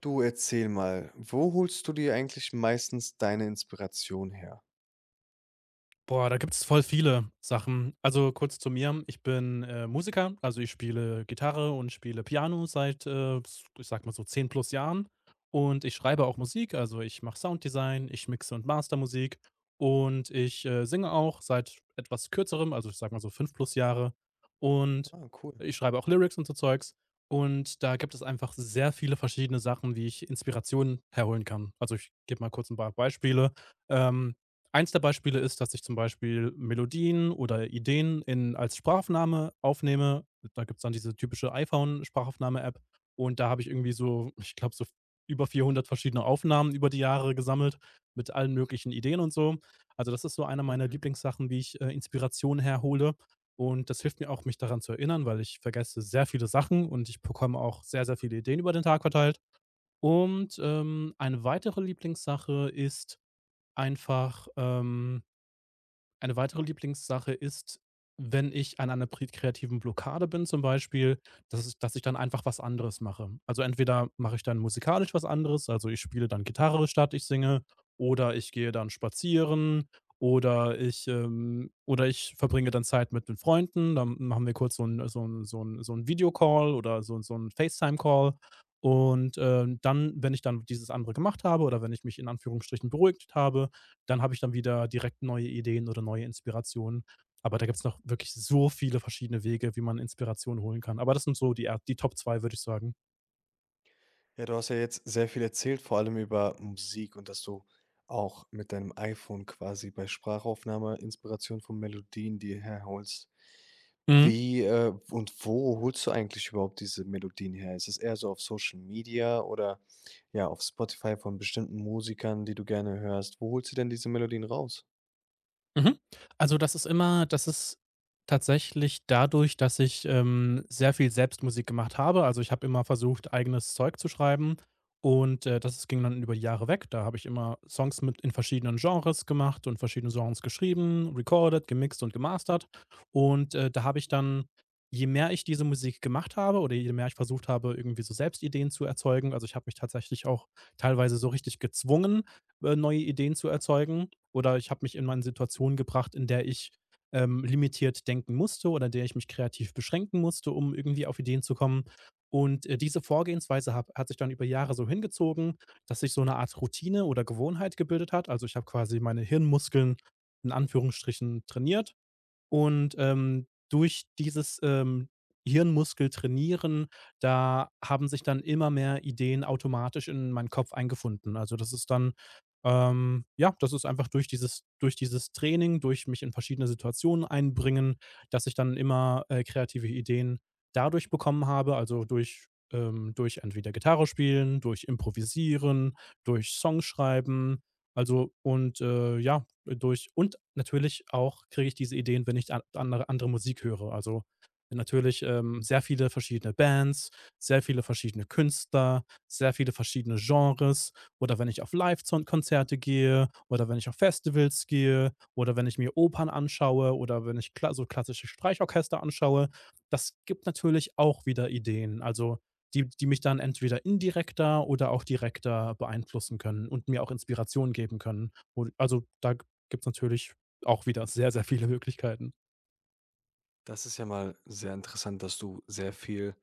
Du erzähl mal, wo holst du dir eigentlich meistens deine Inspiration her? Boah, da gibt es voll viele Sachen. Also kurz zu mir. Ich bin, Musiker, also ich spiele Gitarre und spiele Piano seit, s ich sag mal so 10 plus Jahren, und ich schreibe auch Musik, also ich mache Sounddesign, ich mixe und master Musik und ich, singe auch seit etwas Kürzerem, also ich sag mal so 5 plus Jahre und Ah, cool. ich schreibe auch Lyrics und so Zeugs, und da gibt es einfach sehr viele verschiedene Sachen, wie ich Inspiration herholen kann. Also ich gebe mal kurz ein paar Beispiele. Ähm, Eins der Beispiele ist, dass ich zum Beispiel Melodien oder Ideen in als Sprachaufnahme aufnehme. Da gibt's dann diese typische iPhone-Sprachaufnahme-App, und da habe ich irgendwie so, ich glaube, so über 400 verschiedene Aufnahmen über die Jahre gesammelt mit allen möglichen Ideen und so. Also, das ist so eine meiner Mhm. Lieblingssachen, wie ich, Inspiration herhole, und das hilft mir auch, mich daran zu erinnern, weil ich vergesse sehr viele Sachen und ich bekomme auch sehr, sehr viele Ideen über den Tag verteilt. Und, eine weitere Lieblingssache einfach, ähm ist, wenn ich an einer pri kreativen Blockade bin zum Beispiel, dass ich dann einfach was anderes mache. Also, entweder mache ich dann musikalisch was anderes, also, ich spiele dann Gitarre statt ich singe, oder ich gehe dann spazieren oder oder ich verbringe dann Zeit mit den Freunden, dann machen wir kurz so 'n so ein so ein so 'n Videocall oder so 'n FaceTime-Call. Und, dann, wenn ich dann dieses andere gemacht habe oder wenn ich mich in Anführungsstrichen beruhigt habe, dann habe ich dann wieder direkt neue Ideen oder neue Inspirationen. Aber da gibt's noch wirklich so viele verschiedene Wege, wie man Inspiration holen kann. Aber das sind so die er die Top 2, würde ich sagen. Ja, du hast ja jetzt sehr viel erzählt, vor allem über Musik und dass du auch mit deinem iPhone quasi bei Sprachaufnahme Inspiration von Melodien dir herholst. Mhm. Und wo holst du eigentlich überhaupt diese Melodien her? Ist es eher so auf Social Media oder ja, auf Spotify von bestimmten Musikern, die du gerne hörst? Wo holst du denn diese Melodien raus? Mhm. Also, das ist tatsächlich dadurch, dass ich, sehr viel Selbstmusik gemacht habe. Also, ich habe immer versucht, eigenes Zeug zu schreiben, und, das ging dann über die Jahre weg. Da habe ich immer Songs mit in verschiedenen Genres gemacht und verschiedene Genres geschrieben, recorded, gemixt und gemastert. Und, da habe ich dann, je mehr ich diese Musik gemacht habe oder je mehr ich versucht habe, irgendwie so Selbstideen zu erzeugen, also, ich habe mich tatsächlich auch teilweise so richtig gezwungen, neue Ideen zu erzeugen, oder ich habe mich in Situationen gebracht, in der ich, limitiert denken musste oder in der ich mich kreativ beschränken musste, um irgendwie auf Ideen zu kommen. Und, diese Vorgehensweise hab hat sich dann über Jahre so hingezogen, dass sich so eine Art Routine oder Gewohnheit gebildet hat. Also, ich habe quasi meine Hirnmuskeln in Anführungsstrichen trainiert und, durch dieses Hirnmuskeltrainieren, da haben sich dann immer mehr Ideen automatisch in meinen Kopf eingefunden. Also, das ist dann ja, das ist einfach durch dieses Training, durch mich in verschiedene Situationen einbringen, dass ich dann immer, kreative Ideen dadurch bekommen habe, also durch durch entweder Gitarre spielen, durch Improvisieren, durch Songschreiben, also und, ja, durch. Und natürlich auch kriege ich diese Ideen, wenn ich an andere Musik höre. Also, natürlich, sehr viele verschiedene Bands, sehr viele verschiedene Künstler, sehr viele verschiedene Genres, oder wenn ich auf Live-Zon Konzerte gehe oder wenn ich auf Festivals gehe oder wenn ich mir Opern anschaue oder wenn ich kla so klassische Streichorchester anschaue. Das gibt natürlich auch wieder Ideen, also die mich dann entweder indirekter oder auch direkter beeinflussen können und mir auch Inspiration geben können. Und also, da gibt es natürlich auch wieder sehr, sehr viele Möglichkeiten. Das ist ja mal sehr interessant, dass du sehr viel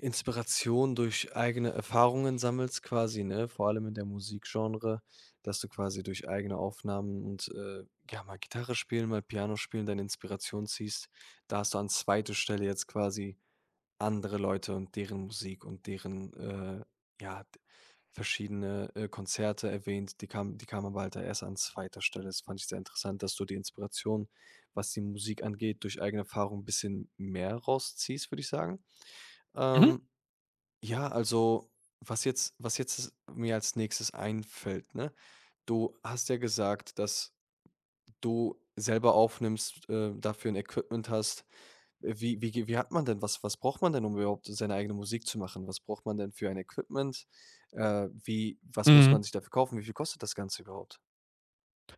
Inspiration durch eigene Erfahrungen sammelst quasi, ne? Vor allem in der Musikgenre, dass du quasi durch eigene Aufnahmen und, ja, mal Gitarre spielen, mal Piano spielen, deine Inspiration ziehst. Da hast du an zweiter Stelle jetzt quasi andere Leute und deren Musik und deren, ja, d verschiedene, Konzerte erwähnt. Die kam aber halt da erst an zweiter Stelle. Das fand ich sehr interessant, dass du die Inspiration, was die Musik angeht, durch eigene Erfahrung ein bisschen mehr rausziehst, würde ich sagen. Mhm. Ähm ja, also was jetzt mir als Nächstes einfällt, ne? Du hast ja gesagt, dass du selber aufnimmst, dafür ein Equipment hast. Wie wie ge wie hat man denn Was braucht man denn, um überhaupt seine eigene Musik zu machen? Was braucht man denn für ein Equipment? Wie Was muss man Mhm. sich dafür kaufen? Wie viel kostet das Ganze überhaupt?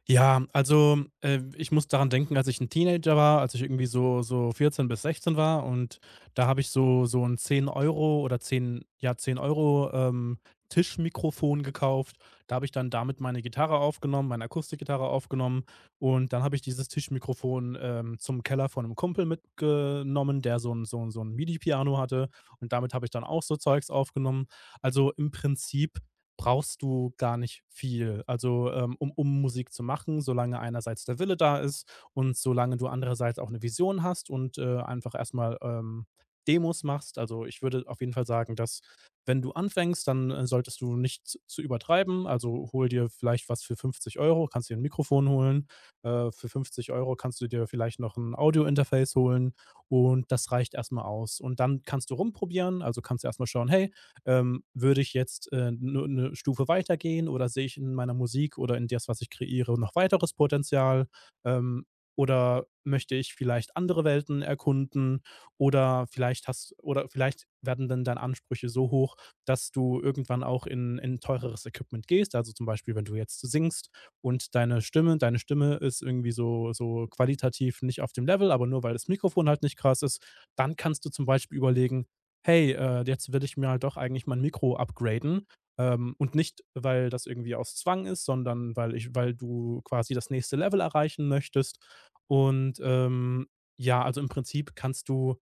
Ja, also, ich muss daran denken, als ich ein Teenager war, als ich irgendwie so 14 bis 16 war, und da habe ich so ein 10 € oder 10, ja, 10 € Tischmikrofon gekauft. Da habe ich dann damit meine Gitarre aufgenommen, meine Akustikgitarre aufgenommen, und dann habe ich dieses Tischmikrofon, zum Keller von einem Kumpel mitgenommen, der so ein Midi-Piano hatte, und damit habe ich dann auch so Zeugs aufgenommen. Also, im Prinzip brauchst du gar nicht viel. Also, um Musik zu machen, solange einerseits der Wille da ist und solange du andererseits auch eine Vision hast und, einfach erstmal Demos machst. Also, ich würde auf jeden Fall sagen, dass, wenn du anfängst, dann, solltest du nicht z zu übertreiben. Also, hol dir vielleicht was für 50 Euro, kannst dir ein Mikrofon holen. Für 50 € kannst du dir vielleicht noch ein Audio-Interface holen, und das reicht erstmal aus. Und dann kannst du rumprobieren, also, kannst du erstmal schauen: „Hey, würde ich jetzt, 'ne Stufe weitergehen oder sehe ich in meiner Musik oder in das, was ich kreiere, noch weiteres Potenzial? Ähm, oder möchte ich vielleicht andere Welten erkunden? Oder vielleicht werden dann deine Ansprüche so hoch, dass du irgendwann auch in teureres Equipment gehst. Also, zum Beispiel, wenn du jetzt singst, und deine Stimme ist irgendwie so qualitativ nicht auf dem Level, aber nur weil das Mikrofon halt nicht krass ist, dann kannst du zum Beispiel überlegen: hey, jetzt will ich mir halt doch eigentlich mein Mikro upgraden. Und nicht, weil das irgendwie aus Zwang ist, sondern weil du quasi das nächste Level erreichen möchtest. Und ja, also im Prinzip kannst du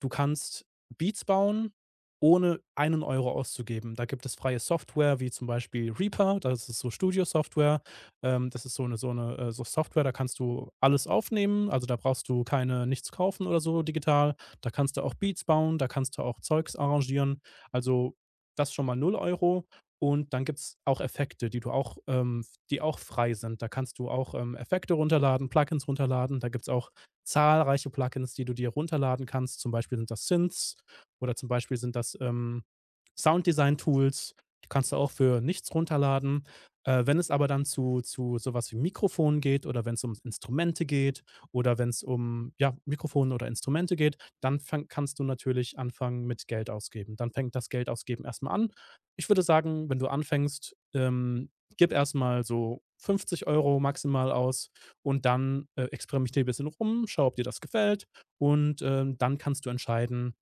Du kannst Beats bauen, ohne einen Euro auszugeben. Da gibt es freie Software wie zum Beispiel Reaper, das ist so Studio-Software. Das ist so eine Software, da kannst du alles aufnehmen. Also, da brauchst du keine nichts kaufen oder so digital. Da kannst du auch Beats bauen, da kannst du auch Zeugs arrangieren. Also, das schon mal null Euro. Und dann gibt es auch Effekte, die du auch die auch frei sind. Da kannst du auch, Effekte runterladen, Plugins runterladen. Da gibt es auch zahlreiche Plugins, die du dir runterladen kannst. Zum Beispiel sind das Synths oder zum Beispiel sind das Sounddesign-Tools. Die kannst du auch für nichts runterladen. Wenn es aber dann zu sowas wie Mikrofonen geht oder wenn es um Instrumente geht oder wenn es um ja, Mikrofone oder Instrumente geht, dann kannst du natürlich anfangen mit Geld ausgeben. Dann fängt das Geld ausgeben erstmal an. Ich würde sagen, wenn du anfängst, gib erstmal so 50 € maximal aus, und dann, experimentier ein bisschen rum, schau, ob dir das gefällt. Und, dann kannst du entscheiden,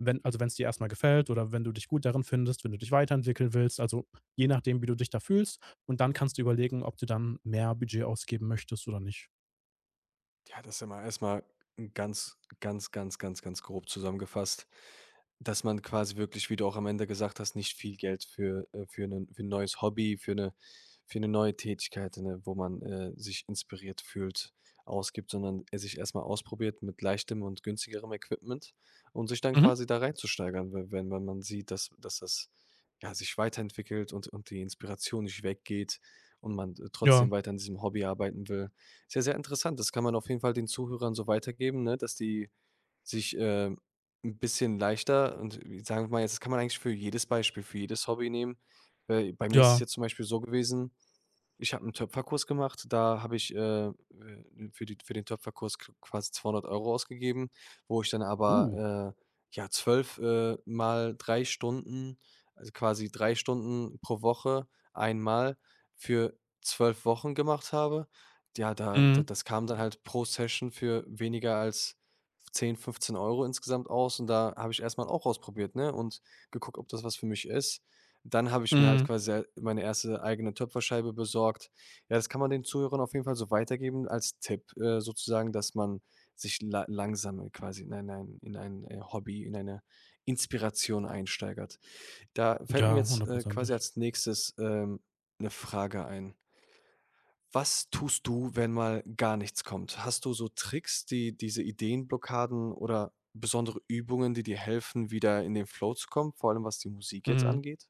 wenn also, wenn es dir erstmal gefällt oder wenn du dich gut darin findest, wenn du dich weiterentwickeln willst, also, je nachdem, wie du dich da fühlst. Und dann kannst du überlegen, ob du dann mehr Budget ausgeben möchtest oder nicht. Ja, das ist ja mal erstmal ganz, ganz, ganz, ganz, ganz grob zusammengefasst, dass man quasi wirklich, wie du auch am Ende gesagt hast, nicht viel Geld für, 'nen für 'n neues Hobby, für eine neue Tätigkeit, ne, wo man, sich inspiriert fühlt, ausgibt, sondern er sich erstmal ausprobiert mit leichtem und günstigerem Equipment und sich dann Mhm. quasi da reinzusteigern, we wenn wenn man sieht, dass das ja, sich weiterentwickelt und die Inspiration nicht weggeht und man trotzdem Ja, weiter an diesem Hobby arbeiten will. Sehr, sehr interessant. Das kann man auf jeden Fall den Zuhörern so weitergeben, ne, dass die sich, 'n bisschen leichter und sagen wir mal jetzt, das kann man eigentlich für jedes Beispiel, für jedes Hobby nehmen. Bei mir ist es ja. jetzt zum Beispiel so gewesen: Ich habe einen Töpferkurs gemacht, da habe ich, für die für den Töpferkurs qu quasi 200 € ausgegeben, wo ich dann Uh. aber, ja, 12 mal 3 Stunden, also quasi 3 Stunden pro Woche einmal für 12 Wochen gemacht habe. Ja, da Mhm. das kam dann halt pro Session für weniger als 10, 15 € insgesamt aus und da habe ich erst mal auch ausprobiert, ne, und geguckt, ob das was für mich ist. Dann habe ich mir halt Mhm. quasi meine erste eigene Töpferscheibe besorgt. Ja, das kann man den Zuhörern auf jeden Fall so weitergeben als Tipp, sozusagen, dass man sich la langsam quasi in ein Hobby, in eine Inspiration einsteigert. Da fällt mir Ja, jetzt, quasi hundertprozentig. als Nächstes, 'ne Frage ein. Was tust du, wenn mal gar nichts kommt? Hast du so Tricks, die diese Ideenblockaden oder besondere Übungen, die dir helfen, wieder in den Flow zu kommen, vor allem was die Musik jetzt Mhm. angeht?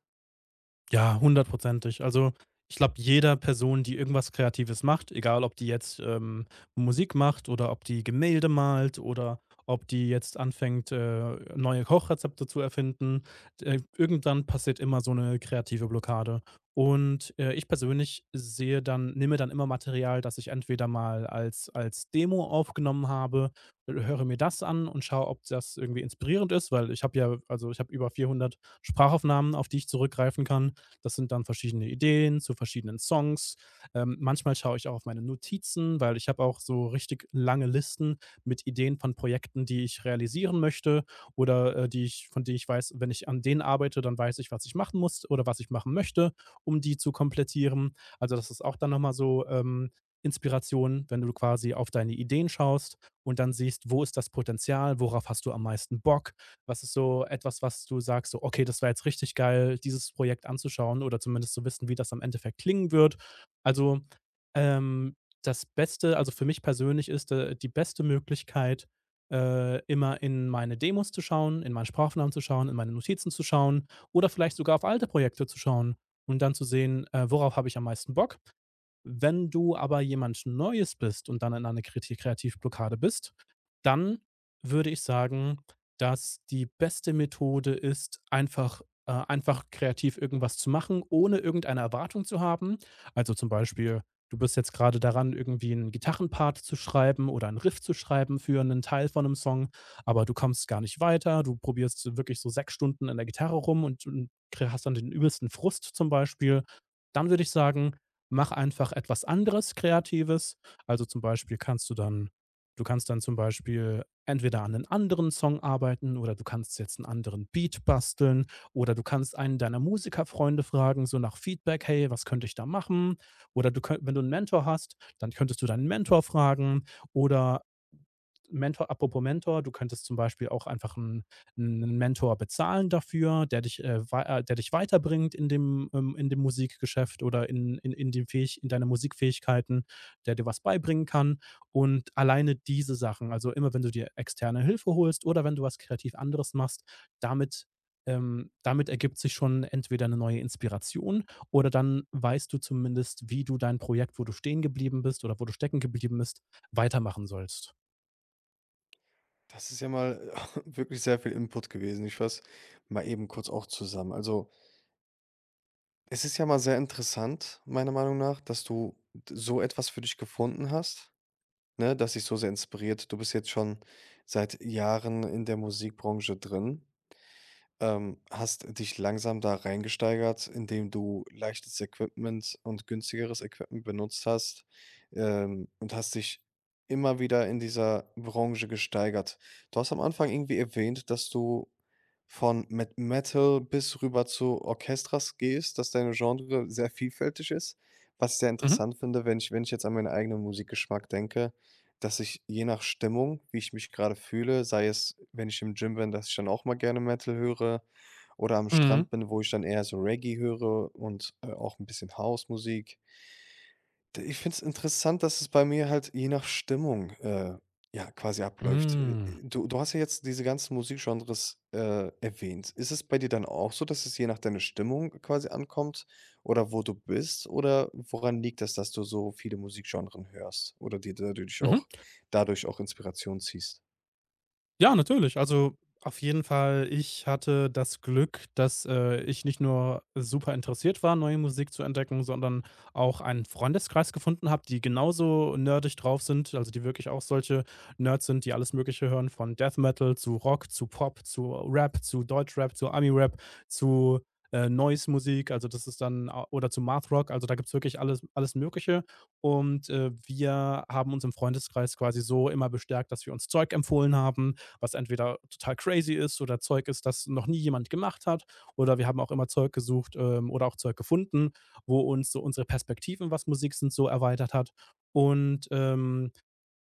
Ja, hundertprozentig. Also, ich glaube, jeder Person, die irgendwas Kreatives macht, egal ob die jetzt, Musik macht oder ob die Gemälde malt oder ob die jetzt anfängt, neue Kochrezepte zu erfinden, irgendwann passiert immer so eine kreative Blockade. Und, ich persönlich sehe dann nehme dann immer Material, das ich entweder mal als Demo aufgenommen habe, höre mir das an und schaue, ob das irgendwie inspirierend ist, weil ich habe ja, also, ich habe über 400 Sprachaufnahmen, auf die ich zurückgreifen kann. Das sind dann verschiedene Ideen zu verschiedenen Songs. Manchmal schaue ich auch auf meine Notizen, weil ich habe auch so richtig lange Listen mit Ideen von Projekten, die ich realisieren möchte, oder von denen ich weiß, wenn ich an denen arbeite, dann weiß ich, was ich machen muss oder was ich machen möchte, um die zu komplettieren. Also das ist auch dann nochmal so Inspiration, wenn du quasi auf deine Ideen schaust und dann siehst, wo ist das Potenzial, worauf hast du am meisten Bock, was ist so etwas, was du sagst, so: „Okay, das war jetzt richtig geil, dieses Projekt anzuschauen oder zumindest zu wissen, wie das am Endeffekt klingen wird?“ Also, ähm, das Beste also, für mich persönlich ist, die beste Möglichkeit, immer in meine Demos zu schauen, in meine Sprachaufnahmen zu schauen, in meine Notizen zu schauen oder vielleicht sogar auf alte Projekte zu schauen und dann zu sehen, worauf habe ich am meisten Bock. Wenn du aber jemand Neues bist und dann in einer Kriti Kreativblockade bist, dann würde ich sagen, dass die beste Methode ist, einfach kreativ irgendwas zu machen, ohne irgendeine Erwartung zu haben. Also, zum Beispiel, du bist jetzt gerade daran, irgendwie einen Gitarrenpart zu schreiben oder einen Riff zu schreiben für einen Teil von einem Song, aber du kommst gar nicht weiter. Du probierst wirklich so 6 Stunden an der Gitarre rum und kre hast dann den übelsten Frust zum Beispiel. Dann würde ich sagen, mach einfach etwas anderes Kreatives. Also, zum Beispiel kannst du dann du kannst dann zum Beispiel entweder an einen anderen Song arbeiten, oder du kannst jetzt einen anderen Beat basteln, oder du kannst einen deiner Musikerfreunde fragen, so nach Feedback: „Hey, was könnte ich da machen?“ Oder du könnt Wenn du einen Mentor hast, dann könntest du deinen Mentor fragen, oder Mentor apropos Mentor, du könntest zum Beispiel auch einfach einen 'n Mentor bezahlen dafür, der dich, wei der dich weiterbringt in dem Musikgeschäft oder in dem Fähig in deine Musikfähigkeiten, der dir was beibringen kann. Und alleine diese Sachen, also immer wenn du dir externe Hilfe holst oder wenn du was kreativ anderes machst, damit damit ergibt sich schon entweder eine neue Inspiration, oder dann weißt du zumindest, wie du wo du stehen geblieben bist oder wo du stecken geblieben bist, weitermachen sollst. Das ist ja mal wirklich sehr viel Input gewesen. Ich fasse mal eben kurz auch zusammen. Also, es ist ja mal sehr interessant, meiner Meinung nach, dass du d so etwas für dich gefunden hast, ne, das dich so sehr inspiriert. Du bist jetzt schon seit Jahren in der Musikbranche drin. Hast dich langsam da reingesteigert, indem du leichtes Equipment und günstigeres Equipment benutzt hast, und hast dich immer wieder in dieser Branche gesteigert. Du hast am Anfang irgendwie erwähnt, dass du von Metal bis rüber zu Orchestras gehst, dass deine Genre sehr vielfältig ist, was ich sehr Mhm. interessant finde, wenn ich, jetzt an meinen eigenen Musikgeschmack denke, dass ich je nach Stimmung, wie ich mich gerade fühle, sei es, wenn ich im Gym bin, dass ich dann auch mal gerne Metal höre oder am Mhm. Strand bin, wo ich dann eher so Reggae höre und, auch ein bisschen House-Musik. D Ich finde es interessant, dass es bei mir halt je nach Stimmung, ja, quasi abläuft. Äh, Mhm. du du hast ja jetzt diese ganzen Musikgenres, erwähnt. Ist es bei dir dann auch so, dass es je nach deiner Stimmung quasi ankommt oder wo du bist? Oder woran liegt das, dass du so viele Musikgenres hörst oder dir dadurch Mhm. auch dadurch auch Inspiration ziehst? Ja, natürlich. Also auf jeden Fall, ich hatte das Glück, dass, ich nicht nur super interessiert war, neue Musik zu entdecken, sondern auch einen Freundeskreis gefunden habe, die genauso nerdig drauf sind, also die wirklich auch solche Nerds sind, die alles Mögliche hören, von Death Metal zu Rock, zu Pop, zu Rap, zu Deutschrap, zu Ami-Rap, zu Noise-Musik, also das ist dann a oder zu Math-Rock, also da gibt's wirklich alles Mögliche. Und, wir haben uns im Freundeskreis quasi so immer bestärkt, dass wir uns Zeug empfohlen haben, was entweder total crazy ist oder Zeug ist, das noch nie jemand gemacht hat. Oder wir haben auch immer Zeug gesucht oder auch Zeug gefunden, wo uns so unsere Perspektiven, was Musik sind, so erweitert hat. Und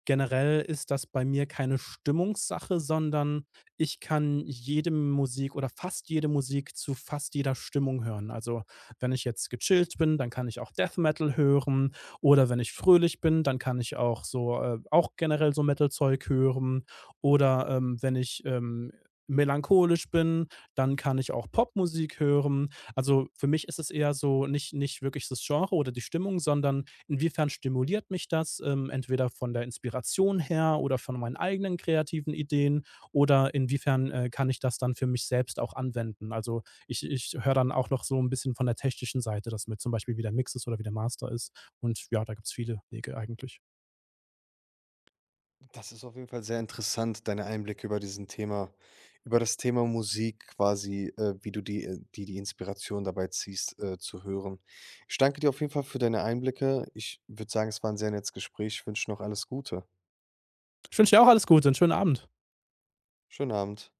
generell ist das bei mir keine Stimmungssache, sondern ich kann jede Musik oder fast jede Musik zu fast jeder Stimmung hören. Also, wenn ich jetzt gechillt bin, dann kann ich auch Death Metal hören, oder wenn ich fröhlich bin, dann kann ich auch so auch generell so Metal-Zeug hören oder, wenn ich melancholisch bin, dann kann ich auch Popmusik hören. Also, für mich ist es eher so, nicht wirklich das Genre oder die Stimmung, sondern inwiefern stimuliert mich das, entweder von der Inspiration her oder von meinen eigenen kreativen Ideen, oder inwiefern, kann ich das dann für mich selbst auch anwenden? Also, ich höre dann auch noch so ein bisschen von der technischen Seite, dass mir zum Beispiel wie der Mix ist oder wie der Master ist. Und ja, da gibt es viele Wege eigentlich. Das ist auf jeden Fall sehr interessant, deine Einblicke über das Thema Musik quasi, wie du die Inspiration dabei ziehst, zu hören. Ich danke dir auf jeden Fall für deine Einblicke. Ich würde sagen, es war ein sehr nettes Gespräch. Ich wünsche noch alles Gute. Ich wünsche dir auch alles Gute, einen schönen Abend. Schönen Abend.